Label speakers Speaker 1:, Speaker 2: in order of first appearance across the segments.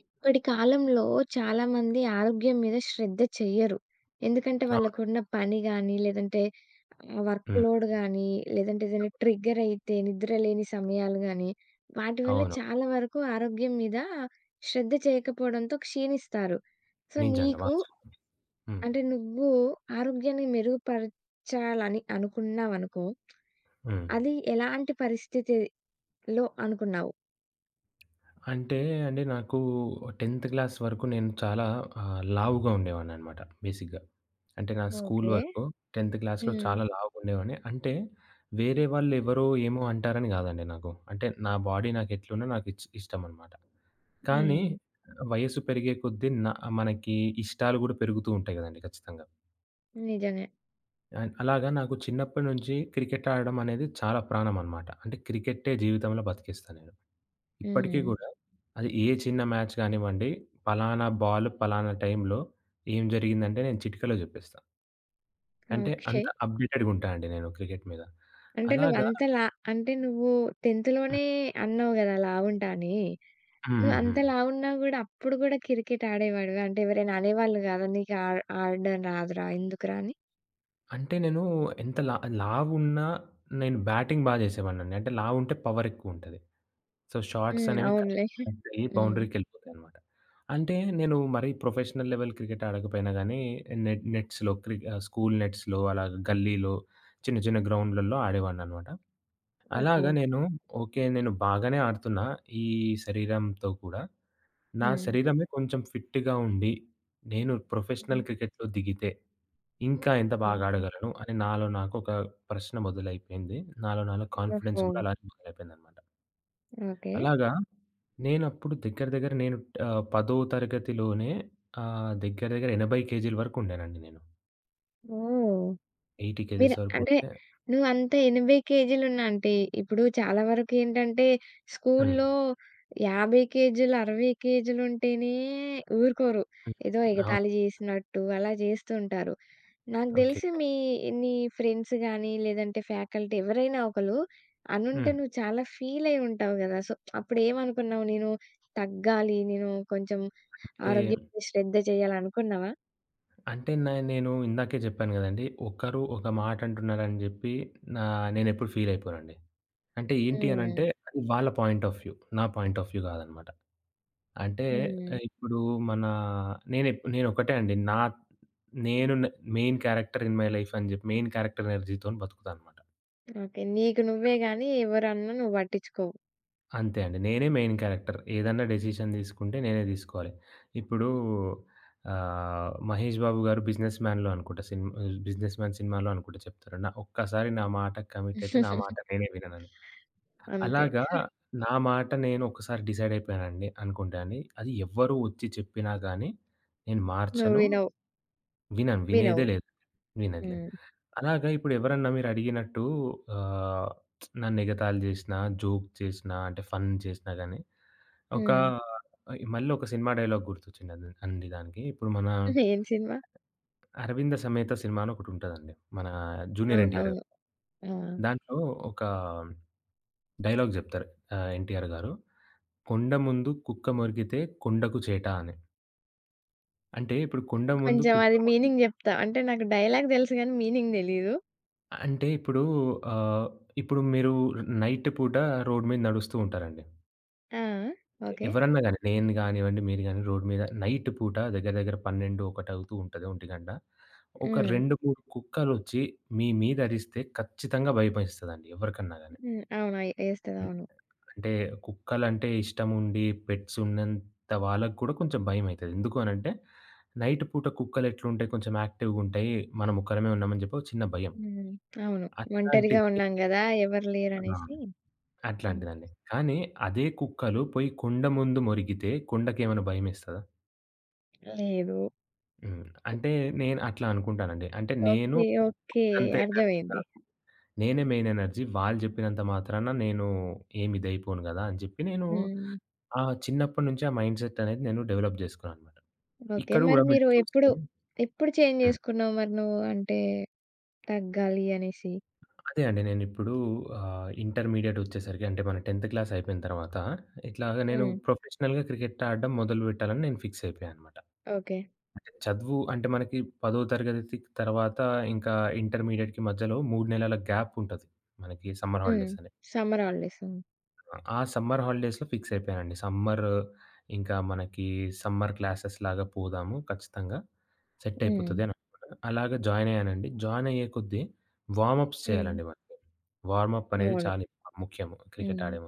Speaker 1: ఇప్పటి కాలంలో చాలామంది ఆరోగ్యం మీద శ్రద్ధ చెయ్యరు. ఎందుకంటే
Speaker 2: అవును.
Speaker 1: వాళ్ళకున్న పని గాని, లేదంటే వర్క్
Speaker 2: హ్మ్.
Speaker 1: లోడ్ గాని, లేదంటే ఏదైనా ట్రిగ్గర్ అయితే నిద్ర లేని సమయాలు గాని, వాటి వల్ల
Speaker 2: అవును.
Speaker 1: చాలా వరకు ఆరోగ్యం మీద శ్రద్ధ చేయకపోవడంతో క్షీణిస్తారు. సో,
Speaker 2: నిజంగా
Speaker 1: నీకు
Speaker 2: వాస్తవం. హ్మ్.
Speaker 1: అంటే నువ్వు ఆరోగ్యాన్ని మెరుగుపరచాలని అనుకున్నావనుకో,
Speaker 2: హ్మ్.
Speaker 1: అది ఎలాంటి పరిస్థితిలో అనుకున్నావు?
Speaker 2: అంటే అండి నాకు 10థ్ క్లాస్ వరకు నేను చాలా లావుగా ఉండేవాడిననమాట బేసిక్‌గా. అంటే నా స్కూల్
Speaker 1: ఓకే.
Speaker 2: వరకు 10థ్ క్లాస్‌లో
Speaker 1: హ్మ్.
Speaker 2: చాలా లావుగా ఉండేవాడిని. అంటే వేరే వాళ్ళెవరో ఏమో అంటారని గాదండి నాకు. అంటే నా బాడీ నాకెట్లున్నా నాకు ఇష్టమనమాట. కానీ
Speaker 1: హ్మ్.
Speaker 2: వయస్సు పెరిగే కొద్దీ నా మనకి ఇష్టాలు గూడా పెరుగుతూ ఉంటాయి గదండీ ఖచ్చితంగా.
Speaker 1: నిజమే.
Speaker 2: అండ్ అలాగా నాకు చిన్నప్పటి నుంచి క్రికెట్ ఆడడం అనేది చాలా ప్రాణం అనమాట. అంటే క్రికెట్టే జీవితంలో బతికేస్తా నేను. ఇప్పటికీ
Speaker 1: హ్మ్.
Speaker 2: గూడా అది ఏ చిన్న మ్యాచ్ గానివ్వండి, పలానా బాల్ పలానా టైంలో ఏం జరిగిందంటే నేను చిటికలో జెప్పేస్తా. అంటే
Speaker 1: ఓకే.
Speaker 2: అంత అప్‌డేటెడ్‌గా ఉంటా అండి నేను క్రికెట్ మీద.
Speaker 1: అంటే
Speaker 2: అలాగా
Speaker 1: నువ్వంత లా అంటే నువ్వు 10థ్
Speaker 2: హ్మ్.
Speaker 1: లోనే అన్నావు గదా! లావుంటా అని.
Speaker 2: హ్మ్. హ్మ్.
Speaker 1: నువ్వంత
Speaker 2: హ్మ్.
Speaker 1: లావున్నా గూడా అప్పుడు గూడా క్రికెట్ ఆడేవాడివా? అంటే ఎవరైనా అనేవాళ్ళు గాదా? నీకు ఆడడం రాదురా, ఎందుకురా అని?
Speaker 2: అంటే నేను ఎంత లా లావున్నా నేను బ్యాటింగ్ బా చేసేవాడినండి. అంటే లావుంటే పవర్ ఎక్కువుంటది. సో, షాట్స్
Speaker 1: హ్మ్.
Speaker 2: అనేవి
Speaker 1: అవునులే.
Speaker 2: కరెక్ట్ కరెక్ట్ అయ్యి
Speaker 1: హ్మ్.
Speaker 2: బౌండరీకెళ్ళిపోతాయనమాట. అంటే నేను మరీ ప్రొఫెషనల్ లెవెల్ క్రికెట్ ఆడకపోయినా గానీ నెట్స్‌లో స్కూల్ నెట్స్‌లో అలా గల్లీలో చిన్న చిన్న గ్రౌండ్‌లలో ఆడేవాడిననమాట.
Speaker 1: ఓహో!
Speaker 2: అలాగా నేను ఓకే. నేను బాగానే ఆడుతున్నా ఈ శరీరంతో కూడా. నా
Speaker 1: హ్మ్.
Speaker 2: శరీరమే కొంచెం ఫిట్‌గా ఉండి నేను ప్రొఫెషనల్
Speaker 1: హ్మ్.
Speaker 2: క్రికెట్‌లో దిగితే ఇంకా ఎంత బాగా ఆడగలను అని నాలో నాకు ఒక ప్రశ్న మొదలైపోయింది. నాలో నాలో కాన్ఫిడెన్స్
Speaker 1: ఓహో!
Speaker 2: గూడా అలానే మొదలైపోయిందనమాట.
Speaker 1: ఓకే.
Speaker 2: అలాగా నేనప్పుడు దగ్గర దగ్గర నేను 10థ్ తరగతిలోనే దగ్గర దగ్గర 80 కేజీల వరకు ఉండానండి నేను.
Speaker 1: ఓహ్!
Speaker 2: 80
Speaker 1: మీరు
Speaker 2: కేజెస్ వరకు
Speaker 1: అంటే
Speaker 2: ఉంటే
Speaker 1: నువ్వంత 80 కేజీలున్నా అంటే, ఇప్పుడు చాలా వరకేంటంటే
Speaker 2: హ్మ్.
Speaker 1: స్కూల్లో 50 కేజీలు, 60 కేజీలుంటేనే ఊరుకోరు.
Speaker 2: హ్మ్.
Speaker 1: ఏదో
Speaker 2: అవును.
Speaker 1: ఎగతాళి జేసినట్టు అలా జేస్తూ ఉంటారు. నాకు
Speaker 2: ఓకే.
Speaker 1: దెలిసి మీ నీ ఫ్రెండ్స్ గానీ, లేదంటే ఫ్యాకల్టీ ఎవరైనా ఒకళ్ళు అనుంటే
Speaker 2: హ్మ్.
Speaker 1: నువ్వు చాలా ఫీలయ్యి ఉంటావు గదా! సో, అప్పుడేమనుకున్నావు? నేను తగ్గాలి, నేను కొంచెం
Speaker 2: ఏ
Speaker 1: ఆరోగ్యం మీద శ్రద్ధ చేయాలనుకున్నావా?
Speaker 2: అంటే నేను ఇందాకే జెప్పాను గదండీ! ఒకరు ఒక మాట అంటున్నారని జెప్పి నా నేనెప్పుడు ఫీల్ అయిపోనండి. అంటే ఏంటి
Speaker 1: హ్మ్.
Speaker 2: అనంటే అది వాళ్ళ పాయింట్ ఆఫ్ వ్యూ. నా పాయింట్ ఆఫ్ వ్యూ గాదనమాట. అంటే
Speaker 1: హ్మ్.
Speaker 2: ఇప్పుడు మన నేనొకటే అండి. నా నేను న main character in my life అని జెప్పి మెయిన్ క్యారెక్టర్ ఎనర్జీతోని బతుకుతా అనమాట.
Speaker 1: ఓకే. నీకు నువ్వే గాని ఎవరన్నా నువ్వు పట్టించుకోవు.
Speaker 2: అంతే అండి. నేనే మెయిన్ క్యారెక్టర్. ఏదన్నా డెసిషన్ తీసుకుంటే నేనే తీసుకోవాలి. ఇప్పుడు 'మహేష్ బాబు' గారు 'బిజినెస్ మ్యాన్‌లో' అనుకుంటా సినిమా 'బిజినెస్ మ్యాన్' సినిమాలో అనుకుంటా చెప్తారు. నా ఒక్కసారి నా మాటకు కమిట్ అయితే నా మాట నేనే విననని.
Speaker 1: అంతే.
Speaker 2: అలాగా నా మాట నేను ఒకసారి డిసైడ్ అయిపోయానండి అనుకుంటే అండి, అది ఎవ్వరు ఒచ్చి చెప్పినా గాని నేను
Speaker 1: నువ్వు
Speaker 2: మార్చను.
Speaker 1: వినవు.
Speaker 2: వినను. వినేదే
Speaker 1: వినవు.
Speaker 2: లేదు. వినేదిలే.
Speaker 1: హ్మ్.
Speaker 2: అలాగా ఇప్పుడెవరన్నా మీరడిగినట్టు ఆహ్, నన్నెగతాళి జేసినా, జోక్ చేసినా, అంటే ఫన్ చేసినా గానీ, ఒక
Speaker 1: హ్మ్.
Speaker 2: మళ్ళీ ఒక సినిమా డైలాగ్ గుర్తొచ్చిందండి అండి అండి దానికి. ఇప్పుడు మన
Speaker 1: ఏం సినిమా?
Speaker 2: 'అరవింద సమేత' సినిమా అని ఒకటుంటదండి. మన జూనియర్ ఎన్టీఆర్ గారు.
Speaker 1: అవునవును. ఆ!
Speaker 2: దాంట్లో ఒక డైలాగ్ జెప్తారు ఎన్టీఆర్ గారు. "కొండ ముందు కుక్క మొరికితే కొండకు చేట" అని. అంటే ఇప్పుడు కొండ ముందు
Speaker 1: కొంచెం
Speaker 2: కుక్క
Speaker 1: అది
Speaker 2: మొరి
Speaker 1: మీనింగ్ జెప్తా. అంటే నాకు డైలాగ్ దెలుసు గానీ మీనింగ్ దెలీదు.
Speaker 2: అంటే ఇప్పుడు ఆహ్, ఇప్పుడు మీరు నైట్ పూట రోడ్ మీద నడుస్తూ ఉంటారండి.
Speaker 1: ఆ! ఆ! ఓకే.
Speaker 2: ఎవరన్నా గాని నేను గానివ్వండి, మీరు గాని రోడ్ మీద నైట్ పూట దగ్గర దగ్గర 12, 1 అవుతూ ఉంటది. ఒంటిగంట. ఒక
Speaker 1: హ్మ్.
Speaker 2: 2, 3 కుక్కలొచ్చి మీ మీద అరిస్తే ఖచ్చితంగా భయమేస్తదండి ఎవరికన్నా గాని.
Speaker 1: హ్మ్. అవును. అయి ఏస్తది.
Speaker 2: హ్మ్.
Speaker 1: అవును.
Speaker 2: అంటే కుక్కలంటే ఇష్టముండి పెట్స్ ఉన్నంత వాళ్ళకి కూడా కొంచెం భయమైతది. ఎందుకు అనంటే నైట్ పూట కుక్కలెట్లుంటాయి కొంచెం యాక్టివ్‌గుంటాయి. మనం ఒక్కరమే ఉన్నామని చెప్పి ఒక చిన్న భయం.
Speaker 1: హ్మ్. అవును. ఒంటరిగా
Speaker 2: అట్లాంటిది
Speaker 1: ఉన్నాం గదా! ఎవరు
Speaker 2: ఆ!
Speaker 1: లేరనేసి హ్మ్.
Speaker 2: అట్లాంటిదండి. కానీ అదే కుక్కలు పోయి కొండ ముందు మొరిగితే కొండకేమైనా భయమేస్తదా?
Speaker 1: లేదు.
Speaker 2: హ్మ్. అంటే నేను అట్లా అనుకుంటానండి. అంటే నేను
Speaker 1: ఓకే. ఓకే.
Speaker 2: అంత ఎనర్జీ
Speaker 1: అర్థమైంది.
Speaker 2: కాదు. నేనే మెయిన్ ఎనర్జీ. వాళ్ళు చెప్పినంత మాత్రాన నేను ఏమి ఇదైపోను గదా! అని చెప్పి నేను
Speaker 1: హ్మ్.
Speaker 2: ఆ చిన్నప్పటి నుంచి ఆ మైండ్‌సెట్ అనేది నేను డెవలప్ జేసుకున్నాననమాట.
Speaker 1: ఓకే.
Speaker 2: ఇక్కడ
Speaker 1: మరి
Speaker 2: గూడా మీరు
Speaker 1: మీరు ఎప్పుడు,
Speaker 2: చూస్తే
Speaker 1: ఎప్పుడు చేంజ్
Speaker 2: హ్మ్.
Speaker 1: జేసుకున్నావు మరి నువ్వు? అంటే తగ్గాలి అనేసి.
Speaker 2: అదే అండి. నేనిప్పుడు ఇంటర్మీడియేట్ వచ్చేసరికి అంటే మన 10థ్ క్లాస్ అయిపోయిన తర్వాత ఇట్లాగ నేను
Speaker 1: హ్మ్.
Speaker 2: ప్రొఫెషనల్‌గా క్రికెట్ ఆడడం మొదలు పెట్టాలని నేను ఫిక్స్ అయిపోయాననమాట.
Speaker 1: ఓకే.
Speaker 2: అంటే చదువు అంటే మనకి 10థ్ తరగతి తర్వాత ఇంకా ఇంటర్మీడియేట్‌కి మధ్యలో 3 నెలల గ్యాప్ ఉంటది. మనకి సమ్మర్
Speaker 1: హ్మ్.
Speaker 2: హాలిడేస్ అని.
Speaker 1: Summer holidays. హ్మ్.
Speaker 2: ఆ సమ్మర్ హాలిడేస్‌లో ఫిక్స్ అయిపోయానండి. సమ్మర్ ఇంకా మనకి సమ్మర్ క్లాసెస్ లాగా పోదాము ఖచ్చితంగా. సెట్
Speaker 1: హ్మ్.
Speaker 2: అయిపోతది అని అనుకున్నాను. అలాగా జాయిన్ అయ్యానండి. జాయిన్ అయ్యే కొద్దీ వార్మ్ అప్స్
Speaker 1: హ్మ్.
Speaker 2: చేయాలండి మనకి. వార్మ్ అప్ అనేది
Speaker 1: అవును.
Speaker 2: చాలా ముఖ్యము క్రికెట్
Speaker 1: హ్మ్.
Speaker 2: ఆడే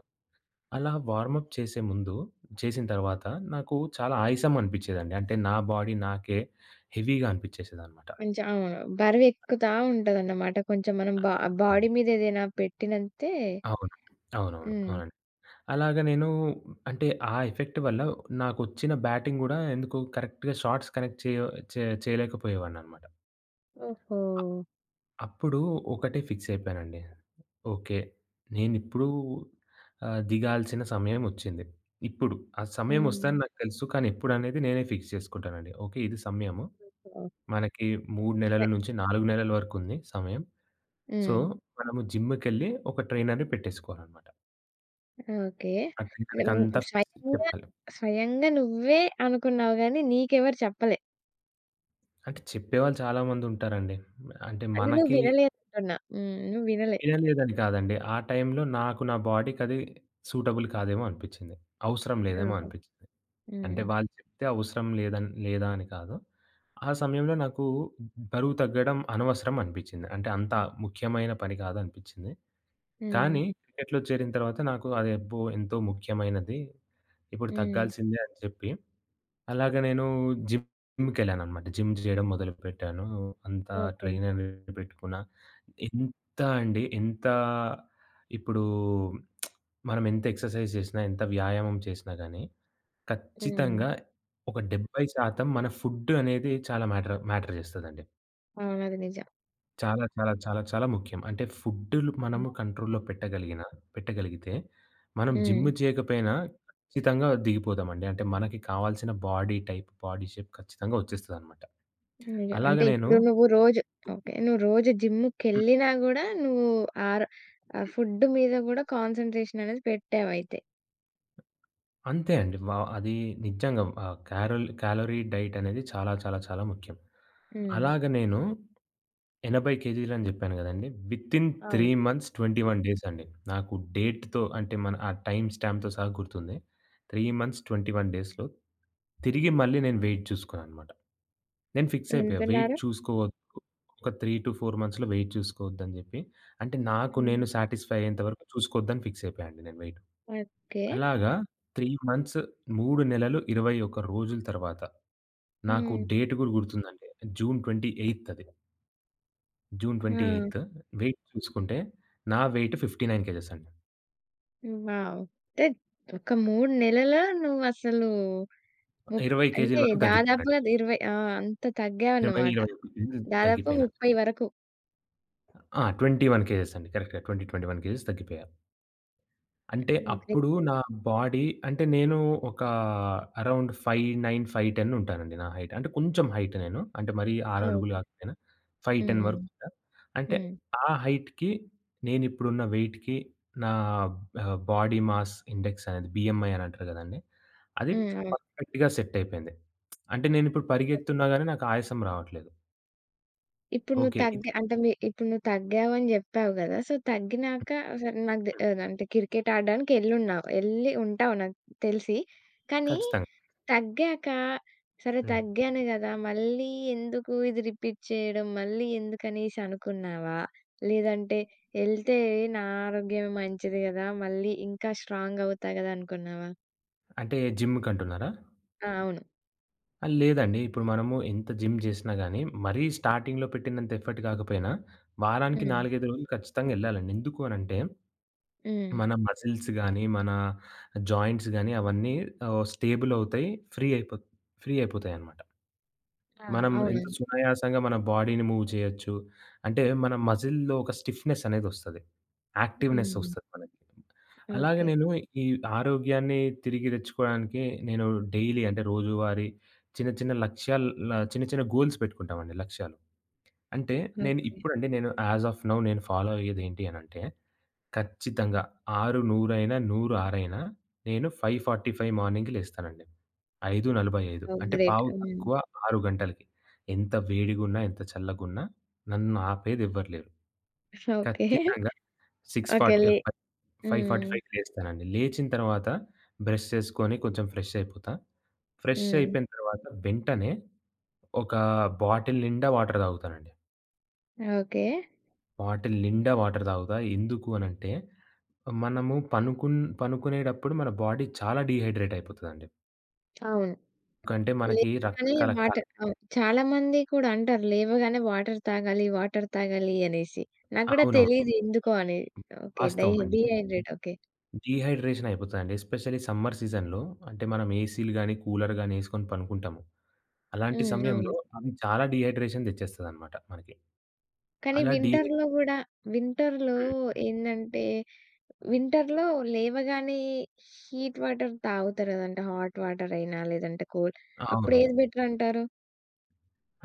Speaker 2: అలా వార్మప్ చేసే ముందు చేసిన తర్వాత నాకు చాలా ఆయాసం అనిపిచ్చేదండి. అంటే నా బాడీ నాకే హెవీగా అనిపిచ్చేసేదనమాట.
Speaker 1: కొంచెం అవును. బరువెక్కుతా ఉంటదన్నమాట. కొంచెం మనం బా
Speaker 2: అవును.
Speaker 1: బాడీ మీద ఏదైనా పెట్టినంతే
Speaker 2: అవును. అవునవును.
Speaker 1: హ్మ్.
Speaker 2: అవునండి. అలాగ నేను అంటే ఆ ఎఫెక్ట్ వల్ల నాకొచ్చిన బ్యాటింగ్ గూడా ఎందుకో కరెక్ట్‌గా షాట్స్ కనెక్ట్ చేయలేకపోయేవాడిననమాట.
Speaker 1: ఓహో!
Speaker 2: అప్పుడు ఒకటే ఫిక్స్ అయిపోయానండి. ఓకే. నేనిప్పుడు దిగాల్సిన సమయం ఒచ్చింది. ఇప్పుడు. ఆ సమయం
Speaker 1: హ్మ్.
Speaker 2: ఒస్తదని నాకు తెలుసు. కానీ ఎప్పుడనేది నేనే ఫిక్స్ చేసుకుంటానండి. ఓకే. ఇది సమయము.
Speaker 1: ఓహో!
Speaker 2: మనకి 3 నెలల
Speaker 1: స్వే
Speaker 2: నుంచి 4 నెలల వరకుంది సమయం. సో,
Speaker 1: హ్మ్.
Speaker 2: మనము జిమ్‌కెళ్ళి ఒక ట్రైనర్‌ని పెట్టేసుకోవాలనమాట.
Speaker 1: ఓకే.
Speaker 2: ఆ
Speaker 1: హ్మ్.
Speaker 2: ట్రైనర్‌కంతా ఫిక్స్
Speaker 1: స్వయంగా,
Speaker 2: చెప్పాలి.
Speaker 1: స్వయంగా నువ్వే అనుకున్నావు గానీ, నీకెవరు చెప్పలే.
Speaker 2: అంటే చెప్పేవాళ్ళు చాలా మందుంటారండి. అంటే
Speaker 1: అంటే నువ్వు
Speaker 2: మనకి
Speaker 1: వినలేదంటున్నా. హ్మ్. నువ్వు వినలే.
Speaker 2: వినలేదని కాదండి. ఆ టైంలో నాకు నా బాడీకది సూటబుల్ కాదేమో అనిపిచ్చింది. అవసరం లేదేమో
Speaker 1: ఆహా!
Speaker 2: అనిపిచ్చింది. అంటే
Speaker 1: హ్మ్.
Speaker 2: వాళ్ళు చెప్తే అవసరం లేదని లేదా అని కాదు. ఆ సమయంలో నాకు బరువు తగ్గడం అనవసరం అనిపిచ్చింది. అంటే అంత ముఖ్యమైన పని కాదనిపిచ్చింది.
Speaker 1: హ్మ్.
Speaker 2: కానీ క్రికెట్‌లో చేరిన తర్వాత నాకు అది అబ్బో! ఎంతో ముఖ్యమైనది. ఇప్పుడు
Speaker 1: హ్మ్.
Speaker 2: తగ్గాల్సిందే అని చెప్పి, అలాగ నేను జిమ్‌కెళ్ళాననమాట. జిమ్ చేయడం మొదలుపెట్టాను. అంత
Speaker 1: ఓకే.
Speaker 2: ట్రైనర్ పెట్టుకున్నా. ఎంత అండి ఎంత ఇప్పుడు మనం ఎంత ఎక్సర్సైజ్ చేసినా, ఎంత వ్యాయామం చేసినా గాని,
Speaker 1: హ్మ్.
Speaker 2: ఖచ్చితంగా ఒక 70% మన ఫుడ్ అనేది చాలా మ్యాటర్ మ్యాటర్ చేస్తదండి.
Speaker 1: అవును. అది నిజం.
Speaker 2: చాలా, చాలా, చాలా, చాలా ముఖ్యం. అంటే ఫుడ్‌లు
Speaker 1: హ్మ్.
Speaker 2: మనము కంట్రోల్‌లో పెట్టగలిగితే, మనం జిమ్
Speaker 1: హ్మ్.
Speaker 2: చేయకపోయినా ఖచ్చితంగా దిగిపోతామండి. అంటే మనకి కావాల్సిన బాడీ టైప్, బాడీ షేప్ ఖచ్చితంగా వచ్చేస్తదనమాట.
Speaker 1: నిజం.
Speaker 2: అలాగ
Speaker 1: అంటే
Speaker 2: నేను
Speaker 1: ఇప్పుడు నువ్వు రోజు ఓకే. నువ్వు రోజు
Speaker 2: హ్మ్.
Speaker 1: జిమ్‌కెళ్ళినా గూడా నువ్వు ఆర్ ఫుడ్ మీద గూడా కాన్సంట్రేషన్ అనేది పెట్టావయితే.
Speaker 2: అంతే అండి. వ అది నిజంగా ఆహ్, క్యారల్ క్యాలరీ డైట్ అనేది చాలా, చాలా, చాలా ముఖ్యం.
Speaker 1: హ్మ్.
Speaker 2: అలాగ నేను 80 కేజీలని జెప్పాను గదండీ. వితిన్ 3
Speaker 1: అవును.
Speaker 2: మంత్స్ 21 డేస్ అండి. నాకు డేట్‌తో అంటే మన ఆ టైమ్ స్టాంప్‌తో సహా గుర్తుంది. 3 మంత్స్ 21 డేస్‌లో తిరిగి మళ్ళీ నేను వెయిట్ చూసుకున్నాననమాట. నేను ఫిక్స్ అయిపోయా. వెయిట్
Speaker 1: ఎంతున్నారు?
Speaker 2: చూసుకోవద్దు. ఒక 3-4 మంత్స్‌లో వెయిట్ చూసుకోవద్దని జెప్పి, అంటే నాకు
Speaker 1: హ్మ్.
Speaker 2: నేను సాటిస్ఫై అయ్యేంత వరకు చూసుకోవద్దని ఫిక్స్ అయిపోయా అండి నేను వెయిట్.
Speaker 1: ఓకే.
Speaker 2: అలాగా 3 మంత్స్ 3 నెలలు 21 రోజుల తర్వాత నాకు
Speaker 1: హ్మ్.
Speaker 2: డేట్ గూడా గుర్తుందండి. జూన్ 28 అది. జూన్ 28
Speaker 1: ఆ!
Speaker 2: వెయిట్ చూసుకుంటే నా వెయిట్ 59 కేజెస్ అండి.
Speaker 1: వావ్! అంటే ఒక 3 నెలల నువ్వసలు ముప్
Speaker 2: 20 కేజీల
Speaker 1: అంటే
Speaker 2: వరకు తగ్గిపోయానండి.
Speaker 1: దాదాపుగా 20 ఆ! అంత
Speaker 2: 20,
Speaker 1: తగ్గావన్నమాట.
Speaker 2: 21 కేజీలు
Speaker 1: దాదాపు
Speaker 2: తగ్గిపోయాను.
Speaker 1: 30 వరకు.
Speaker 2: ఆ! 21 కేజెస్ అండి. కరెక్ట్‌గా 20, 21 కేజెస్ తగ్గిపోయా. అంటే
Speaker 1: హ్మ్. గ్రేట్
Speaker 2: అప్పుడు
Speaker 1: అండి.
Speaker 2: నా బాడీ అంటే నేను ఒక అరౌండ్ 5'9", 5'10" ఉంటానండి నా హైట్. అంటే కొంచెం హైట్ నేను. అంటే మరీ 6 అడుగులు
Speaker 1: ఓకే.
Speaker 2: కాకపోయినా
Speaker 1: హ్మ్.
Speaker 2: 5'10"
Speaker 1: హ్మ్.
Speaker 2: వరకు ఉంటా. అంటే
Speaker 1: హ్మ్.
Speaker 2: ఆ హైట్‌కి నేనిప్పుడున్న వెయిట్‌కి నా బాడీ మాస్ ఇండెక్స్ అనేది బిఎంఐ అని అంటారు కదండీ! అది
Speaker 1: హ్మ్. అవును.
Speaker 2: పర్ఫెక్ట్‌గా సెట్ అయిపోయింది. అంటే నేనిప్పుడు పరిగెత్తుతున్నా గాని నాకు ఆయాసం రావట్లేదు.
Speaker 1: ఇప్పుడు నువ్వు
Speaker 2: ఓకే. ఇది
Speaker 1: తగ్గి అంటే మీ ఇప్పుడు నువ్వు తగ్గావని జెప్పావు గదా! సో, తగ్గినాక సరే నాకు అంటే క్రికెట్ ఆడడానికి ఎళ్ళున్నావు. ఎళ్ళి ఉంటావు నాకు తెలిసి. కానీ
Speaker 2: ఖచ్చితంగా.
Speaker 1: తగ్గాక సరే
Speaker 2: హ్మ్.
Speaker 1: తగ్గాను గదా! మళ్ళీ ఎందుకు ఇది రిపీట్ చేయడం, మళ్ళీ ఎందుకనేసి అనుకున్నావా? లేదంటే ఎళ్తే నా ఆరోగ్యమే మంచిది గదా! మళ్ళీ ఇంకా స్ట్రాంగ్ అవుతా గదా! అనుకున్నావా?
Speaker 2: అంటే జిమ్‌కంటున్నారా?
Speaker 1: ఆ! అవును.
Speaker 2: ఆ! లేదండి. ఇప్పుడు మనము ఎంత జిమ్ జేసినా గాని మరీ స్టార్టింగ్‌లో పెట్టినంత ఎఫర్ట్ కాకపోయినా వారానికి
Speaker 1: హ్మ్.
Speaker 2: 4, 5 రోజులు ఖచ్చితంగా ఎళ్ళాలండి. ఎందుకు అనంటే
Speaker 1: హ్మ్.
Speaker 2: మన మసిల్స్ గాని, మన జాయింట్స్ గాని అవన్నీ స్టేబుల్ అవుతాయి. ఫ్రీ అయిపో ఫ్రీ అయిపోతాయన్నమాట.
Speaker 1: ఆ!
Speaker 2: మనం
Speaker 1: అవునా?
Speaker 2: ఎంత సునాయాసంగా మన బాడీని మూవ్ చేయొచ్చు. అంటే మన మజిల్‌లో ఒక స్టిఫ్‌నెస్ అనేదొస్తది. యాక్టివ్‌నెస్
Speaker 1: హ్మ్.
Speaker 2: ఒస్తది మనకి. అలాగే
Speaker 1: ఓకే.
Speaker 2: నేను ఈ ఆరోగ్యాన్ని తిరిగి తెచ్చుకోవడానికి నేను డైలీ అంటే రోజువారీ చిన్న చిన్న లక్ష్యాలు ల చిన్న చిన్న గోల్స్ పెట్టుకుంటామండి లక్ష్యాలు. అంటే నేను
Speaker 1: ఓకే.
Speaker 2: ఇప్పుడండి నేను యాస్ ఆఫ్ నౌ నేను ఫాలో అయ్యేదేంటి అనంటే ఖచ్చితంగా. 6:100 100:06 నేను 5:45 మార్నింగ్ లేస్తానండి. 5:45
Speaker 1: ఓహ్!
Speaker 2: అంటే
Speaker 1: గ్రేట్.
Speaker 2: పావు
Speaker 1: హ్మ్.
Speaker 2: తక్కువ 6 గంటలకి. ఎంత వేడిగున్నా, ఎంత చల్లగున్నా నన్ను ఆపేదెవ్వరు లేరు.
Speaker 1: ఓకే.
Speaker 2: ఖచ్చితంగా
Speaker 1: ఓకే.
Speaker 2: 6:40
Speaker 1: లే
Speaker 2: ఆహ్, ఫై
Speaker 1: హ్మ్.
Speaker 2: 5:45కి లేస్తానండి. లేచిన తర్వాత బ్రష్ చేసుకొని కొంచెం ఫ్రెష్ అయిపోతా. ఫ్రెష్
Speaker 1: హ్మ్.
Speaker 2: అయిపోయిన తర్వాత వెంటనే ఒక బాటిల్ నిండా వాటర్ తాగుతానండి.
Speaker 1: ఓకే.
Speaker 2: బాటిల్ నిండా వాటర్ తాగుతా. ఎందుకు అనంటే మనము పనుకునేటప్పుడు మన బాడీ చాలా డీహైడ్రేట్ అయిపోతదండి.
Speaker 1: అవును.
Speaker 2: ఎందుకంటే మనకి
Speaker 1: లేవగానే
Speaker 2: రకరకాల కల్
Speaker 1: వాటర్ అవును. చాలామంది కూడా అంటారు లేవగానే వాటర్ తాగాలి, వాటర్ తాగాలి అనేసి. నాకు కూడా
Speaker 2: అవునవును.
Speaker 1: తెలీదు ఎందుకో అని. ఓకే.
Speaker 2: వాస్తవం అండి.
Speaker 1: Dehydrate okay.
Speaker 2: డీహైడ్రేషన్ అయిపోతదండి. ఎస్పెషల్లీ సమ్మర్ సీజన్‌లో అంటే మనం ఏసీలు గాని, కూలర్ గాని ఏసుకొని పనుకుంటాము. అలాంటి
Speaker 1: హ్మ్. అవును.
Speaker 2: సమయంలో అవి చాలా డీహైడ్రేషన్ తెచ్చేస్తదనమాట మనకి.
Speaker 1: కానీ
Speaker 2: అలా డీ
Speaker 1: వింటర్‌లో గూడా వింటర్‌లో
Speaker 2: హ్మ్.
Speaker 1: ఏందంటే, వింటర్‌లో లేవగానే హీట్ వాటర్ తాగుతారు గదండీ! హాట్ వాటర్ అయినా లేదంటే కూల్ అప్పుడు
Speaker 2: అవును.
Speaker 1: ఏది బెటర్ అంటారు?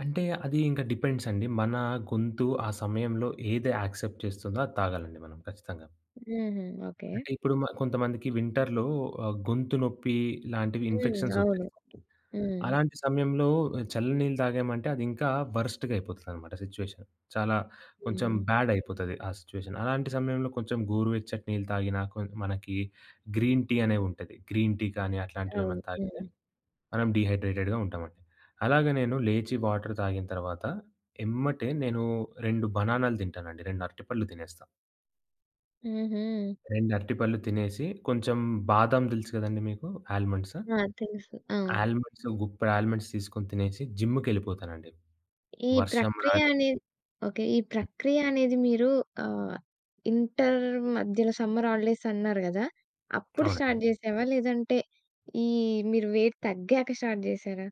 Speaker 2: అంటే అది ఇంకా డిపెండ్స్ అండి. మన గొంతు ఆ సమయంలో ఏది యాక్సెప్ట్ చేస్తుందో అది తాగాలండి మనం ఖచ్చితంగా.
Speaker 1: హుహు. ఓకే.
Speaker 2: అంటే ఇప్పుడు మ కొంతమందికి వింటర్‌లో గొంతు నొప్పి లాంటివి
Speaker 1: హ్మ్.
Speaker 2: ఇన్ఫెక్షన్స్
Speaker 1: అవును.
Speaker 2: వచ్చేస్తుంటాయి.
Speaker 1: హ్మ్.
Speaker 2: అలాంటి సమయంలో ఆ, చల్ల నీళ్ళు తాగామంటే అది ఇంకా వర్స్ట్‌గా అయిపోతదనమాట సిట్యుయేషన్. చాలా కొంచెం
Speaker 1: హ్మ్.
Speaker 2: బ్యాడ్ అయిపోతది ఆ సిట్యుయేషన్. అలాంటి సమయంలో కొంచెం గోరువెచ్చటి నీళ్ళు తాగినా కొం మనకి గ్రీన్ టీ అనేవుంటది. గ్రీన్ టీ కానీ
Speaker 1: అవును.
Speaker 2: అట్లాంటివేమన్నా తాగితే
Speaker 1: హ్మ్.
Speaker 2: మనం డీహైడ్రేటెడ్‌గా ఉంటామండి. అలాగే నేను లేచి వాటర్ తాగిన తర్వాత ఎమ్మటే నేను 2 బనానాలు తింటానండి. 2 అరటిపళ్ళు తినేస్తాను.
Speaker 1: హుహు.
Speaker 2: 2 అరటిపళ్ళు తినేసి, కొంచెం బాదాం తెలుసు కదండీ మీకు ఆల్మండ్స్.
Speaker 1: ఆ! తెలుసు. ఆ!
Speaker 2: ఆల్మండ్స్ గుప్పెడు ఆల్మండ్స్ తీసుకొని తినేసి జిమ్‌కెళ్ళిపోతానండి.
Speaker 1: ఈ
Speaker 2: వర్షం
Speaker 1: ప్రక్రియ
Speaker 2: రాని
Speaker 1: అనేది ఓకే. ఈ ప్రక్రియ అనేది మీరు ఆహ్, ఇంటర్ మధ్యలో సమ్మర్ హాలిడేస్ అన్నారు గదా! అప్పుడు
Speaker 2: అవునండి.
Speaker 1: స్టార్ట్ జేసావా? లేదంటే ఈ మీరు వెయిట్ తగ్గాక స్టార్ట్ జేసారా?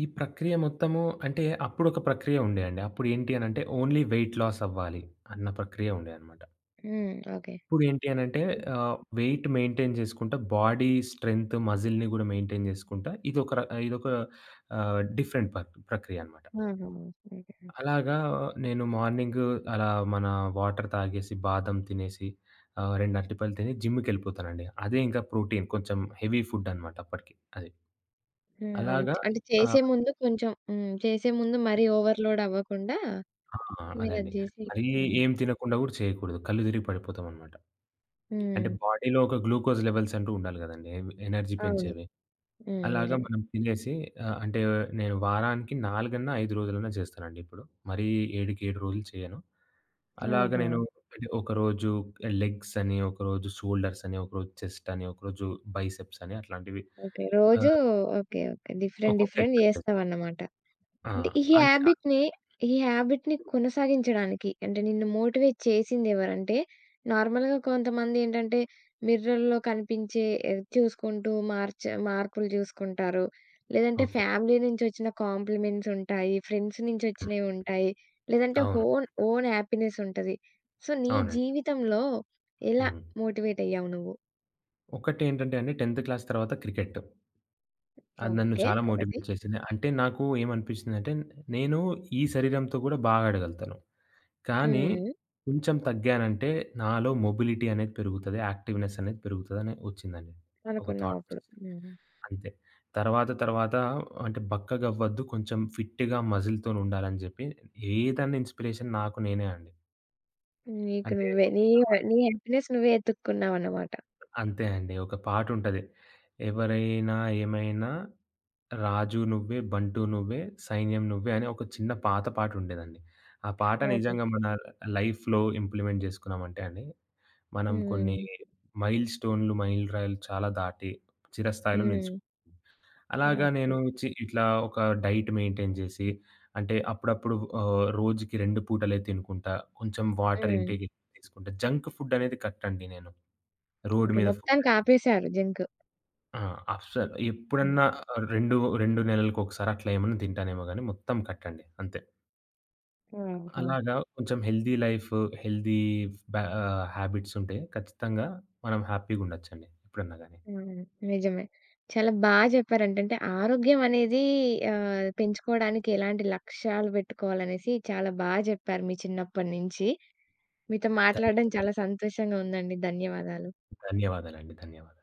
Speaker 2: ఈ ప్రక్రియ మొత్తము అంటే అప్పుడొక ప్రక్రియ ఉండే అండి. అప్పుడేంటి అనంటే ఓన్లీ వెయిట్ లాస్ అవ్వాలి అన్న ప్రక్రియ ఉండేదనమాట.
Speaker 1: హ్మ్. ఓకే.
Speaker 2: ఇప్పుడేంటి అనంటే వెయిట్ మెయింటైన్ చేసుకుంటా, బాడీ స్ట్రెంత్, మజిల్‌ని గూడా మెయింటైన్ చేసుకుంటా. ఇదొక డిఫరెంట్ ప్రక్రియ అనమాట.
Speaker 1: ఆహా! ఓకే.
Speaker 2: అలాగా నేను మార్నింగు అలా మన వాటర్ తాగేసి, బాదం తినేసి, 2 అరటిపళ్ళు తిని జిమ్‌కెళ్ళిపోతానండి. అదే ఇంకా ప్రోటీన్ కొంచెం హెవీ ఫుడ్ అనమాట అప్పటికి అది.
Speaker 1: హ్మ్. అవును.
Speaker 2: అలాగా
Speaker 1: అంటే చేసే
Speaker 2: ఆహ్,
Speaker 1: ముందు కొంచెం హ్మ్. చేసే ముందు మరీ ఓవర్‌లోడ్ అవ్వకుండా
Speaker 2: ఆ!
Speaker 1: మీరది
Speaker 2: అదండి.
Speaker 1: జేసి
Speaker 2: మరీ
Speaker 1: హ్మ్.
Speaker 2: ఏం తినకుండా గూడా చేయకూడదు. కళ్ళు తిరిగి పడిపోతామనమాట. అంటే
Speaker 1: హ్మ్.
Speaker 2: బాడీలో ఒక గ్లూకోజ్ లెవెల్స్ అంటూ ఉండాలి గదండీ! ఎనర్జీ
Speaker 1: అవును.
Speaker 2: పెంచేవి.
Speaker 1: హ్మ్.
Speaker 2: అలాగా
Speaker 1: నిజమే.
Speaker 2: మనం తినేసి అంటే నేను వారానికి 4 అన్నా, 5 రోజులన్నా చేస్తానండి ఇప్పుడు. మరీ 7కి 7 రోజులు చేయను. అలాగ
Speaker 1: ఆహా!
Speaker 2: నేను అంటే ఒకరోజు లెగ్స్ అని, ఒకరోజు షోల్డర్స్ అని, ఒకరోజు చెస్ట్ అని, ఒకరోజు బైసెప్స్ అని అట్లాంటివి
Speaker 1: ఓకే. రోజూ
Speaker 2: ఆహ్,
Speaker 1: ఓకే. ఓకే. డిఫరెంట్
Speaker 2: ఒక్కొక్క
Speaker 1: డిఫరెంట్
Speaker 2: ఎక్సర్సైజ్.
Speaker 1: జేస్తావన్నమాట.
Speaker 2: ఆ!
Speaker 1: అంటే ఈ
Speaker 2: అంటే
Speaker 1: హాబిట్‌ని ఈ హాబిట్‌ని కొనసాగించడానికి అంటే నిన్ను మోటివేట్ చేసిందెవరంటే నార్మల్‌గా కొంతమందేంటంటే మిర్రర్‌లో కనిపించే చూసుకుంటూ మార్పులు జూసుకుంటారు. లేదంటే
Speaker 2: ఓకే.
Speaker 1: ఫ్యామిలీ నుంచొచ్చిన కాంప్లిమెంట్స్ ఉంటాయి. ఫ్రెండ్స్
Speaker 2: హ్మ్.
Speaker 1: నుంచొచ్చినయి ఉంటాయి. లేదంటే
Speaker 2: అవును.
Speaker 1: ఓన్ హ్యాపీనెస్ ఉంటది. సో, నీ
Speaker 2: అవునండి.
Speaker 1: జీవితంలో ఎలా
Speaker 2: హ్మ్.
Speaker 1: మోటివేట్ అయ్యావు నువ్వు?
Speaker 2: ఒకటేంటంటే అండి 10థ్ క్లాస్ తర్వాత క్రికెట్. అది నన్ను
Speaker 1: ఓకే.
Speaker 2: చాలా
Speaker 1: ఒకటి.
Speaker 2: మోటివేట్ చేసింది. అంటే నాకు ఏమనిపించిందంటే నేను ఈ శరీరంతో కూడా బాగా ఆడగలుగుతాను. కానీ
Speaker 1: హ్మ్.
Speaker 2: కొంచెం తగ్గానంటే నాలో మొబిలిటీ అనేది పెరుగుతది. యాక్టివ్‌నెస్ అనేది పెరుగుతదని ఒచ్చిందండి. ఒక థాట్
Speaker 1: అనుకున్నావప్పుడు.
Speaker 2: ఒచ్చేసింది.
Speaker 1: హ్మ్.
Speaker 2: అంతే. తర్వాత తర్వాత అంటే బక్కగవ్వద్దు కొంచెం ఫిట్‌గా మజిల్‌తోనుండాలని జెప్పి ఏదన్నా ఇన్‌స్పిరేషన్ నాకు నేనే అండి.
Speaker 1: నీకు
Speaker 2: అంటే
Speaker 1: నువ్వే నీ నీ హ్యాపీనెస్ నువ్వే ఎతుక్కున్నావన్నమాట.
Speaker 2: అంతే అండి. ఒక పాటుంటది. ఎవరైనా ఏమైనా రాజు నువ్వే, బంటు నువ్వే, సైన్యం నువ్వే అని ఒక చిన్న పాత పాటుండేదండి. ఆ పాట
Speaker 1: ఓహో!
Speaker 2: నిజంగా మన లైఫ్‌లో ఇంప్లిమెంట్ జేసుకున్నామంటే అండి మనం
Speaker 1: హ్మ్.
Speaker 2: కొన్ని మైల్ స్టోన్‌లు, మైలు రాయిలు చాలా దాటి చిరస్థాయిలో
Speaker 1: హ్మ్.
Speaker 2: నిలిచిపోయాం. అలాగా నేను
Speaker 1: ఓకే.
Speaker 2: చి ఇట్లా ఒక డైట్ మెయింటైన్ చేసి, అంటే అప్పుడప్పుడు రోజుకి 2 పూటలే తినుకుంటా, కొంచెం వాటర్
Speaker 1: హ్మ్.
Speaker 2: ఇంటేక్ ఎక్కువ తీసుకుంటా. జంక్ ఫుడ్ అనేది కట్ అండి నేను. Road
Speaker 1: okay.
Speaker 2: మీద ఫుడ్
Speaker 1: మొత్తానికి ఆపేశారు జంక్.
Speaker 2: ఆ! అస్సలు
Speaker 1: హ్మ్.
Speaker 2: ఎప్పుడన్నా ఆహ్, 2, 2 నెలలకొకసారి అట్లా ఏమన్నా తింటానేమో గానీ మొత్తం కట్ అండి అంతే.
Speaker 1: ఓహో!
Speaker 2: అలాగా కొంచెం హెల్తీ లైఫ్, హెల్తీ బ హ్యాబిట్స్ ఉంటే ఖచ్చితంగా మనం హ్యాపీ‌గుండొచ్చండి ఎప్పుడన్నా గాని.
Speaker 1: హ్మ్. నిజమే. చాలా బా చెప్పారంటే అంటే ఆరోగ్యం అనేది పెంచుకోవడానికి ఎలాంటి లక్ష్యాలు పెట్టుకోవాలనేసి చాలా బా చెప్పారు మీ చిన్నప్పటి నుంచి. మీతో మాట్లాడడం
Speaker 2: ధన్యవాదాలు.
Speaker 1: చాలా సంతోషంగా ఉందండి. ధన్యవాదాలు.
Speaker 2: ధన్యవాదాలండి. ధన్యవాదాలు.